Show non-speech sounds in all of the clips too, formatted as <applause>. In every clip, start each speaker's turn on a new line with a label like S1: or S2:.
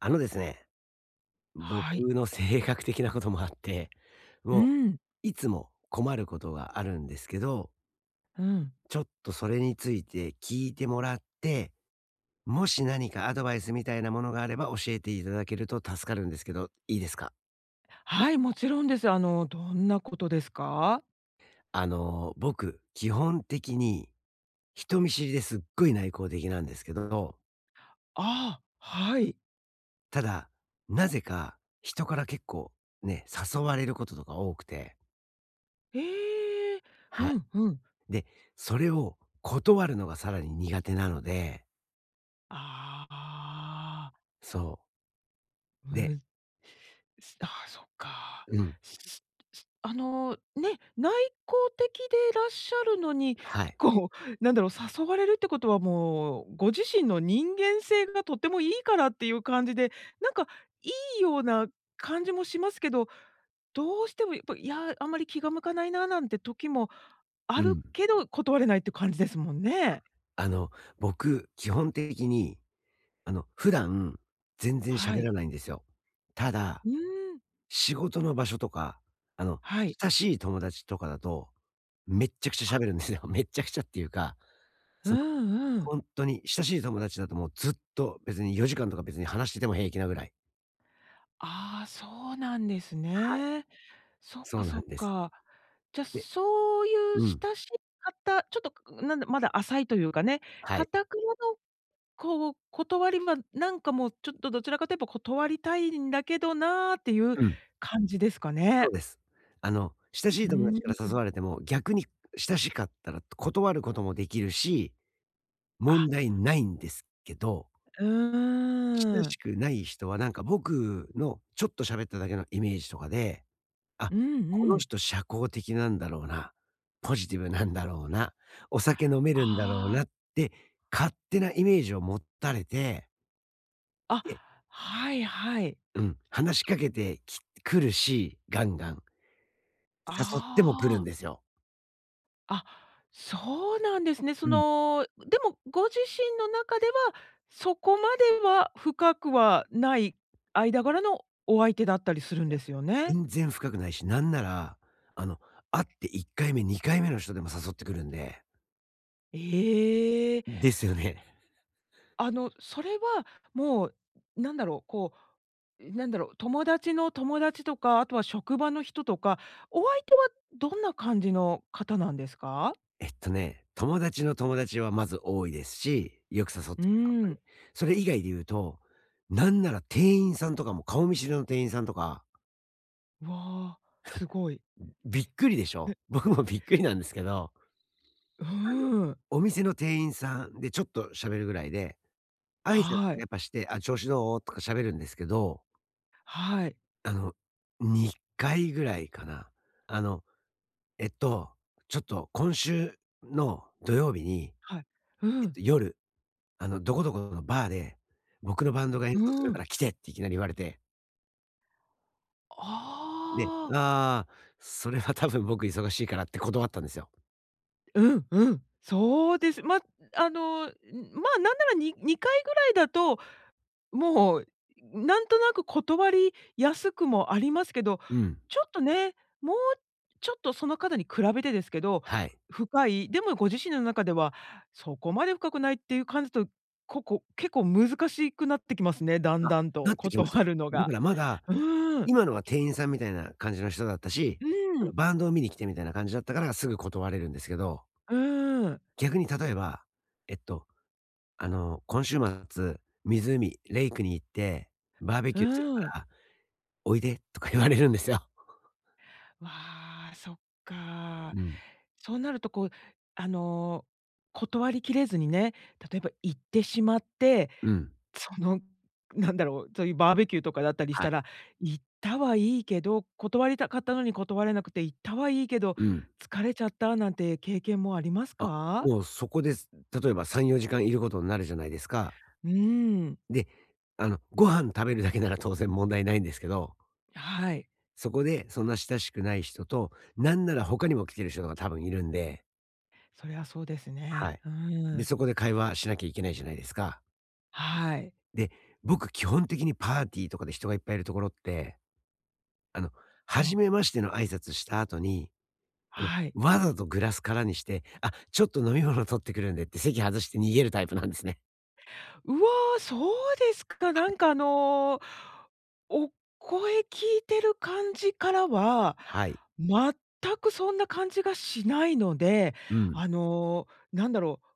S1: ですね、僕
S2: はい。
S1: の性格的なこともあって、
S2: う
S1: もう
S2: ん、
S1: いつも困ることがあるんですけど、
S2: うん。
S1: ちょっとそれについて聞いてもらって、もし何かアドバイスみたいなものがあれば教えていただけると助かるんですけど、いいですか？
S2: はい、もちろんです。どんなことですか？
S1: 僕、基本的に人見知りですっごい内向的なんですけど、
S2: ああ、はい。
S1: ただ、なぜか人から結構ね、誘われることとか多くて、
S2: ええ、
S1: はい。
S2: うんうん。
S1: で、それを断るのがさらに苦手なので、
S2: ああ、
S1: そう。で、
S2: むああ、そっか。
S1: うん、
S2: すすあの、ね、内向的でいらっしゃるのに、
S1: はい。
S2: こう、なんだろう、誘われるってことはもう、ご自身の人間性がとてもいいからっていう感じで、なんかいいような感じもしますけど、どうしてもやっぱ、いや、あんまり気が向かないななんて時もあ
S1: う
S2: る
S1: ん。
S2: けど、断れないって感じですもんね。
S1: あの、僕、基本的に、普段、全然
S2: は
S1: 喋
S2: い。
S1: らないんですよ。ただ、
S2: うーん、
S1: 仕事の場所とか、あの、
S2: はい。
S1: 親しい友達とかだと、めっちゃくちゃ喋る
S2: あ、
S1: んですよ。<laughs> めっちゃくちゃっていうか、
S2: う
S1: その、
S2: んうん。
S1: 本当に親しい友達だともうずっと別に4時間とか別に話してても平気なぐらい。
S2: ああ、そうなんです
S1: はい。
S2: ね。そっ
S1: そ
S2: か
S1: うな
S2: そっ
S1: んです。
S2: か。じゃ、
S1: で、
S2: そういう
S1: うん。
S2: 親しい方、ちょっと、くなんだ、まだ浅いというかね、
S1: は
S2: 頑
S1: い。
S2: なのこう、断りはなんかもうちょっとどちらかといえば断りたいんだけどなっていう
S1: うん。
S2: 感じですか
S1: そう
S2: ね。
S1: です。親し
S2: う
S1: い友
S2: ー
S1: 達から
S2: ん。
S1: 誘われても、逆に親しかったら断ることもできるし、
S2: あ
S1: 問題ないんですけど、
S2: う
S1: 親
S2: ー
S1: し
S2: ん。
S1: くない人はなんか僕のちょっと喋っただけのイメージとかで、あ、
S2: うん
S1: こ
S2: う
S1: の
S2: ん。
S1: 人社交的なんだろうな、ポジティブなんだろうな、お酒飲めるんだろう
S2: あ
S1: なって勝手なイメージを持たれて、
S2: あ、
S1: で、
S2: あ、はいはい。
S1: うん、話しかけて来るし、ガンガン。誘っても来るん
S2: あ
S1: ですよ。
S2: あ、あ、そうなんですね。
S1: うん。
S2: でもご自身の中では、そこまでは深くはない間柄のお相手だったりするんですよね。
S1: 全然深くないし、なんなら、あの、会って1回目、2回目の人でも誘ってくるんで。
S2: ええ。
S1: ですよね。
S2: それはもう、なんだろう、こなんだろう、友達の友達とか、あとは職場の人とか、お相手はどんな感じの方なんですか？
S1: ね、友達の友達はまず多いですし、よく誘っ
S2: う
S1: てく
S2: ー
S1: る。
S2: ん。
S1: それ以外で言うと、なんなら店員さんとかも、顔見知りの店員さんとか、
S2: わあ、すごい。
S1: びっくりでしょ？
S2: ね
S1: 僕もびっくりなんですけど、
S2: うー
S1: あの、
S2: ん。
S1: お店の店員さんでちょっと喋るぐらいで、挨拶
S2: はい。
S1: やっぱして、「あ、調子どう？」とか喋るんですけど、
S2: はい。
S1: あの、2回ぐらいかな、あのえっと、ちょっと今週の土曜日に、
S2: はい。うん。
S1: 夜、どこどこのバーで、僕のバンドが演奏す
S2: う
S1: るか
S2: ん。
S1: ら来てっていきなり言われて、で、
S2: ああ。
S1: ああ、それは多分僕忙しいからって断ったんですよ。
S2: うんうん。そうです。ま、あの、ん、ま、なんならに2回ぐらいだともう、なんとなく断りやすくもありますけど、
S1: うん。
S2: ちょっとね、もうちょっとその方に比べてですけど、
S1: はい。
S2: 深い、でもご自身の中ではそこまで深くないっていう感じと、ここ結構難しくなってきますね、だん
S1: あ、
S2: だん
S1: な
S2: と
S1: ってきますよ。
S2: 断るの
S1: だか
S2: が。
S1: らまだ、
S2: うーん、
S1: 今のは店員さんみたいな感じの人だったし、
S2: う
S1: その
S2: ん、
S1: バンドを見に来てみたいな感じだったからすぐ断れるんですけど、
S2: うん、
S1: 逆に例えば、えっと、今週末、湖、レイクに行って、バーベ
S2: う
S1: キューする
S2: ーん。
S1: からおいでとか言われるんですよ。
S2: わあ、そっか。
S1: うん。
S2: そうなるとこう、あの、断りきれずにね、例えば行ってしまって
S1: うん。
S2: その、そういうバーベキューとかだったりし
S1: はい。
S2: たら、行ったはいいけど、断りたかったのに断れなくて、行ったはいいけど、
S1: うん。
S2: 疲れちゃったなんて経験もあります
S1: あ、
S2: か？
S1: もうそこです。例えば3、4時間いることになるじゃないですか。
S2: うーん、
S1: で、ご飯食べるだけなら当然問題ないんですけど、
S2: はい、
S1: そこでそんな親しくない人と、なんなら他にも来てる人が多分いるんで、
S2: そりゃそうです
S1: は
S2: ね。
S1: い。
S2: うー
S1: で、
S2: ん、
S1: そこで会話しなきゃいけないじゃないですか。
S2: はい。
S1: で、僕基本的にパーティーとかで人がいっぱいいるところって、あの、
S2: お、
S1: 初めましての挨拶した後に、
S2: はい。
S1: わざとグラス空にして、あ、ちょっと飲み物取ってくるんでって席外して逃げるタイプなんですね。
S2: うわ、そうですか。お声聞いてる感じからは、
S1: はい。
S2: 全くそんな感じがしないので、
S1: うん。
S2: あの、なんだろう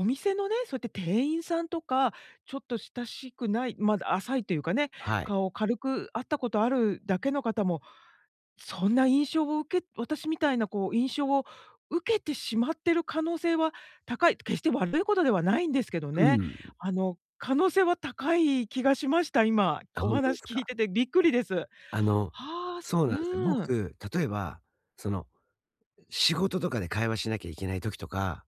S2: お店のね、そうやって店員さんとか、ちょっと親しくない、まだ浅いというかね、
S1: はい。
S2: 顔を軽く会ったことあるだけの方も、そんな印象を私みたいな印象を受けてしまってる可能性は高い、決して悪いことではないんですけど
S1: う
S2: ね。
S1: ん。
S2: 可能性は高い気がしました、今。
S1: あ、
S2: お
S1: ほんとで
S2: 話
S1: すか。
S2: 聞いててびっくりです。は
S1: あの、
S2: あ、す
S1: そうなんですよ。
S2: うん。
S1: 僕、例えば、その、仕事とかで会話しなきゃいけない時とか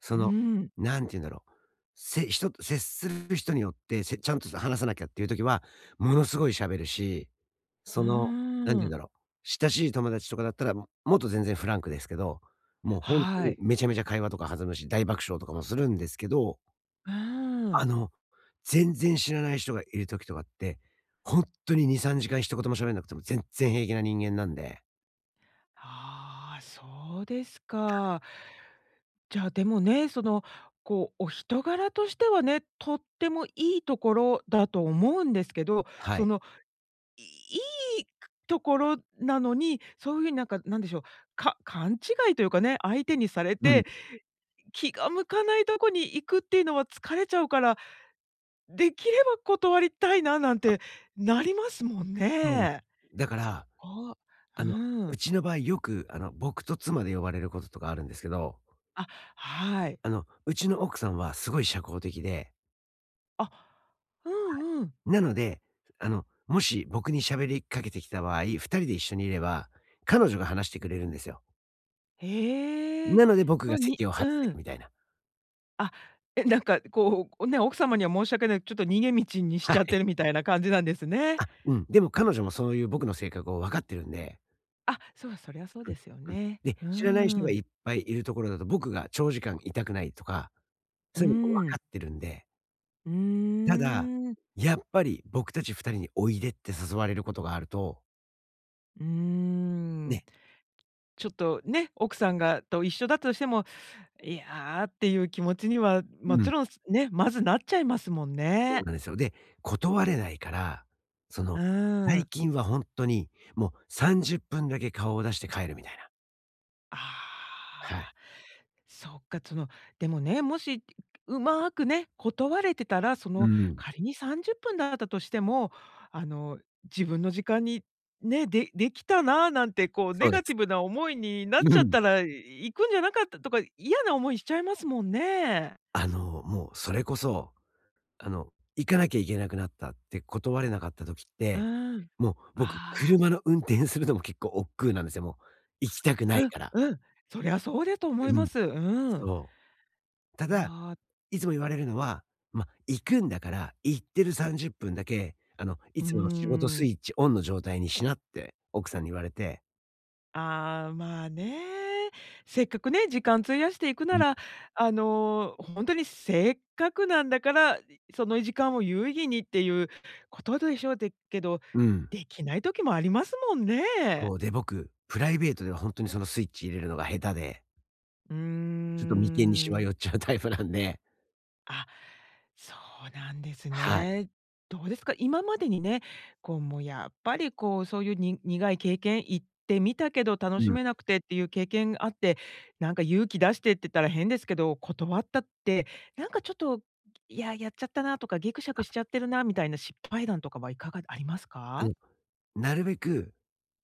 S1: そ
S2: う
S1: の、
S2: ん。
S1: なんて言うんだろう、人と接する人によって、ちゃんと話さなきゃっていう時は、ものすごい喋るし、
S2: うー
S1: その、何て言うん
S2: ん。
S1: だろう、親しい友達とかだったら、もっと全然フランクですけど、もう本当
S2: は
S1: に
S2: い。
S1: めちゃめちゃ会話とか弾むし、大爆笑とかもするんですけど、
S2: うー
S1: あ
S2: ん。
S1: の、全然知らない人がいる時とかって、本当に2、3時間一言も喋んなくても全然平気な人間なんで。
S2: ああ、そうですか。じゃあ、でもね、お人柄としてはね、とってもいいところだと思うんですけど、
S1: は
S2: そ
S1: い。
S2: の、いいところなのに、そういうふうになんか、なんでしょう、勘違いというかね、相手にされ
S1: うん、
S2: て、気が向かないとこに行くっていうのは疲れちゃうから、できれば断りたいななんてなりますもん
S1: そうです。
S2: ね。
S1: だか
S2: そ
S1: ら
S2: こ、う
S1: あの、う
S2: ん。
S1: ちの場合よく、僕と妻で呼ばれることとかあるんですけど、
S2: あ、はい。
S1: うちの奥さんはすごい社交的で、
S2: あ、うんうん。
S1: なので、もし僕に喋りかけてきた場合、二人で一緒にいれば、彼女が話してくれるんですよ。
S2: へえ。
S1: なので僕
S2: ま
S1: が
S2: あ、に
S1: 席を外せ
S2: う
S1: る
S2: ん。
S1: みたいな。
S2: あ、え、なんかこう、ね、奥様には申し訳ない、ちょっと逃げ道に
S1: <laughs>
S2: し
S1: は
S2: ちゃっ
S1: い。
S2: てるみたいな感じなんですね。
S1: あ、うん。でも彼女もそういう僕の性格を分かってるんで、
S2: あ、そう、そりゃそうですよ
S1: うん、うん。
S2: ね。
S1: で、
S2: う
S1: 知らない人
S2: ー
S1: がい
S2: ん。
S1: っぱいいるところだと僕が長時間いたくないとか、
S2: う
S1: そういうのも分
S2: ーん。
S1: かってるんで、
S2: う
S1: ただ、
S2: ーん。
S1: やっぱり僕たち2人においでって誘われることがあると、
S2: うー
S1: ね、
S2: ん。ちょっとね、奥さんがと一緒だとしても、いやっていう気持ちには、
S1: う
S2: も
S1: ん、
S2: ちろん、まずなっちゃいますもん
S1: そう
S2: ね。
S1: なんですよ。で、断れないから、そ
S2: う
S1: の、
S2: ー
S1: 最
S2: ん。
S1: 近はほんとに、もう30分だけ顔を出して帰るみたいな。
S2: ああ。
S1: はい。
S2: そっか、でもね、もし、うまくね、断れてたら、
S1: うん。
S2: 仮に30分だったとしても、あの、自分の時間に、ね、できたななんて、
S1: そ
S2: ネ
S1: うで
S2: ガ
S1: す。
S2: ティブな思いになっ
S1: う
S2: ちゃっ
S1: ん。
S2: たら、行くんじゃなかったとか、嫌な思いしちゃいますもんね。
S1: もうそれこそ、行かなきゃいけなくなったって断れなかった時っ
S2: う
S1: て、
S2: ん。
S1: もう僕、
S2: ああ、
S1: 車の運転するのも結構億劫なんですよ、もう。行きたくな
S2: う
S1: い
S2: ん、
S1: から。
S2: うん。そりゃそうだと
S1: う
S2: 思いま
S1: ん。
S2: す。うん。
S1: そう。ただ
S2: わあ、
S1: いつも言われるのは、ま、行くんだから、行ってる30分だけ、い
S2: うー
S1: つもの仕事ス
S2: ん。
S1: イッチオンの状態にしなって奥さんに言われて、
S2: ああ、まあね。せっかくね、時間費やしていくなら、ほんとにせっかくなんだから、その時間を有意義にっていうことでしょうでけど、
S1: うん。
S2: できない時もありますもんね。
S1: そう、で、僕、プライベートではほんとにそのスイッチ入れるのが下手で、
S2: うー
S1: ちょっと眉間にしわ
S2: ん。
S1: 寄っちゃうタイプなんで、
S2: あそうなんです
S1: はい。
S2: ね。どうですか？今までにね、もうやっぱりそういうに苦い経験、行ってみたけど楽
S1: う
S2: し
S1: ん。
S2: めなくてっていう経験があって、なんか勇気出してって言ったら変ですけど、断ったって、なんかちょっと、いや、やっちゃったなとか、ギクしャく
S1: あ、
S2: しちゃってるなみたいな失敗談とかはいかがあります
S1: あ
S2: か？
S1: の、なるべく、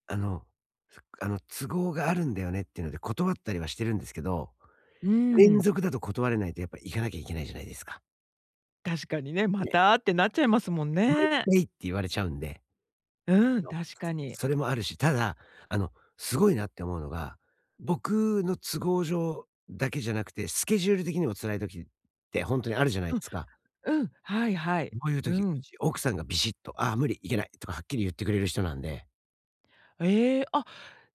S1: あの、すあの、都合があるんだよねっていうので断ったりはしてるんですけど、
S2: う
S1: 連
S2: ん、
S1: 続だと断れないとやっぱ行かなきゃいけないじゃないですか。
S2: 確かにね、ま
S1: ね、
S2: たってなっちゃいますもん
S1: 毎
S2: ね。
S1: 回って言われちゃうんで。
S2: うん、確
S1: そう、
S2: かに。
S1: それもあるし、ただ、あの、すごいなって思うのが、僕の都合上だけじゃなくて、スケジュール的にも辛い時って本当にあるじゃないです
S2: う
S1: か。
S2: ん、うん、はいはい。
S1: こういう
S2: う
S1: 時、う
S2: ん。
S1: ち奥さんがビシッと、「ああ、無理、いけない」とかはっきり言ってくれる人なんで、
S2: ええ、あ、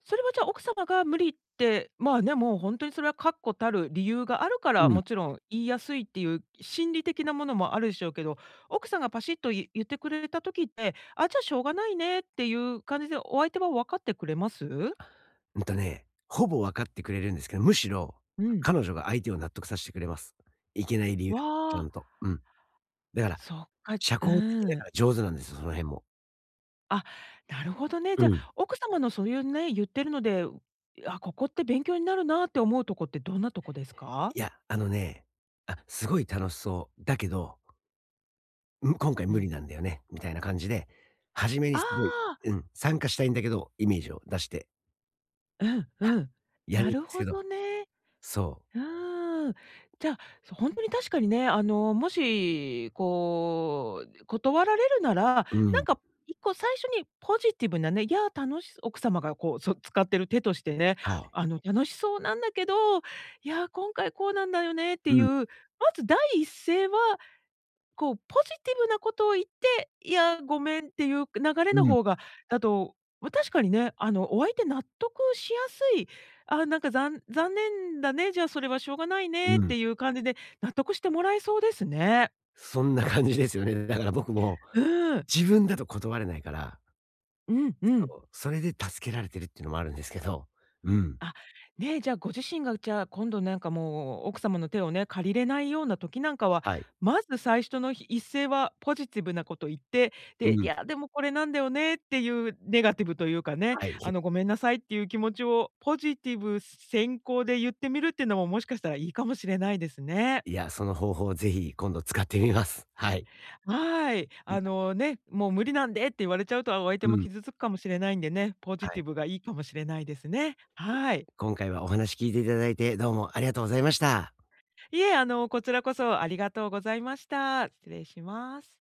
S2: それはじゃあ奥様が無理って、まあね、もうほんとにそれは確固たる理由があるから、
S1: うん。
S2: もちろん言いやすいっていう心理的なものもあるでしょうけど、奥さんがパシッと言ってくれた時って、あ、じゃあしょうがないねっていう感じでお相手は分かってくれます？
S1: ほぼ分かってくれるんですけど、むしろ、
S2: うん。
S1: 彼女が相手を納得させてくれます。いけない理由
S2: わ
S1: とかちゃ
S2: あ、
S1: んと。うん。だから、
S2: そっか、
S1: 社
S2: う
S1: 交的だ
S2: ん。
S1: から上手なんですよ、その辺も。
S2: あ、なるほどね。
S1: う
S2: じゃ
S1: ん。
S2: あ、奥様のそういうね、言ってるので、あ、ここって勉強になるなって思うとこってどんなとこですか？
S1: いや、ね、あ、すごい楽しそう。だけど、今回
S2: う
S1: 無
S2: ん。
S1: 理なんだよね、みたいな感じで、初めに
S2: あ
S1: すごい、
S2: あ。
S1: うん、参加したいんだけど、イメージを出して、
S2: うん
S1: は
S2: うん。
S1: い、や
S2: な
S1: るんで
S2: る
S1: す
S2: ほ
S1: けど、
S2: どね。
S1: そ
S2: うーん。じゃあ、ほんとに確かにね、もし、断られるなら、な
S1: う、う
S2: ん
S1: ん、
S2: か一個最初にポジティブなね、いや、奥様が使ってる手としてね、
S1: はい、
S2: 楽しそうなんだけど、いや、今回こうなんだよねって
S1: う
S2: いう、
S1: ん、
S2: まず第一声はポジティブなことを言って、いや、ごめんっていう流れの
S1: うん、
S2: 方が、だと、ま、確かにね、お相手納得しやすい、あ、なんか、残念だね、じゃあ、それはしょうがないね
S1: う
S2: っ
S1: ん。
S2: ていう感じで納得してもらえそうですね。
S1: そんな感じですよね。だから僕も、
S2: うん。
S1: 自分だと断れないから、
S2: うんうん。
S1: そう、それで助けられてるっていうのもあるんですけど、うん、
S2: あ、ね、じゃあご自身がじゃあ今度なんかもう奥様の手をね、借りれないような時なんかは、
S1: はい、
S2: まず最初の一声はポジティブなこと言って、
S1: う
S2: で、い
S1: ん、
S2: やでもこれなんだよねっていうネガティブというかね、
S1: はい。
S2: ごめんなさいっていう気持ちをポジティブ先行で言ってみるっていうのももしかしたらいいかもしれないですね。
S1: いや、その方法をぜひ今度使ってみます。はい。
S2: はい。
S1: いや、
S2: あのね、もう無理なんでって言われちゃうと、お相手
S1: う
S2: も
S1: ん、
S2: 傷つくかもしれないんでね、ポジ
S1: は
S2: テ
S1: い。
S2: ィブがいいかもしれないですね。はい。
S1: 今回はお話聞いていただいて、どうもありがとうございました。
S2: いえ、こちらこそありがとうございました。失礼します。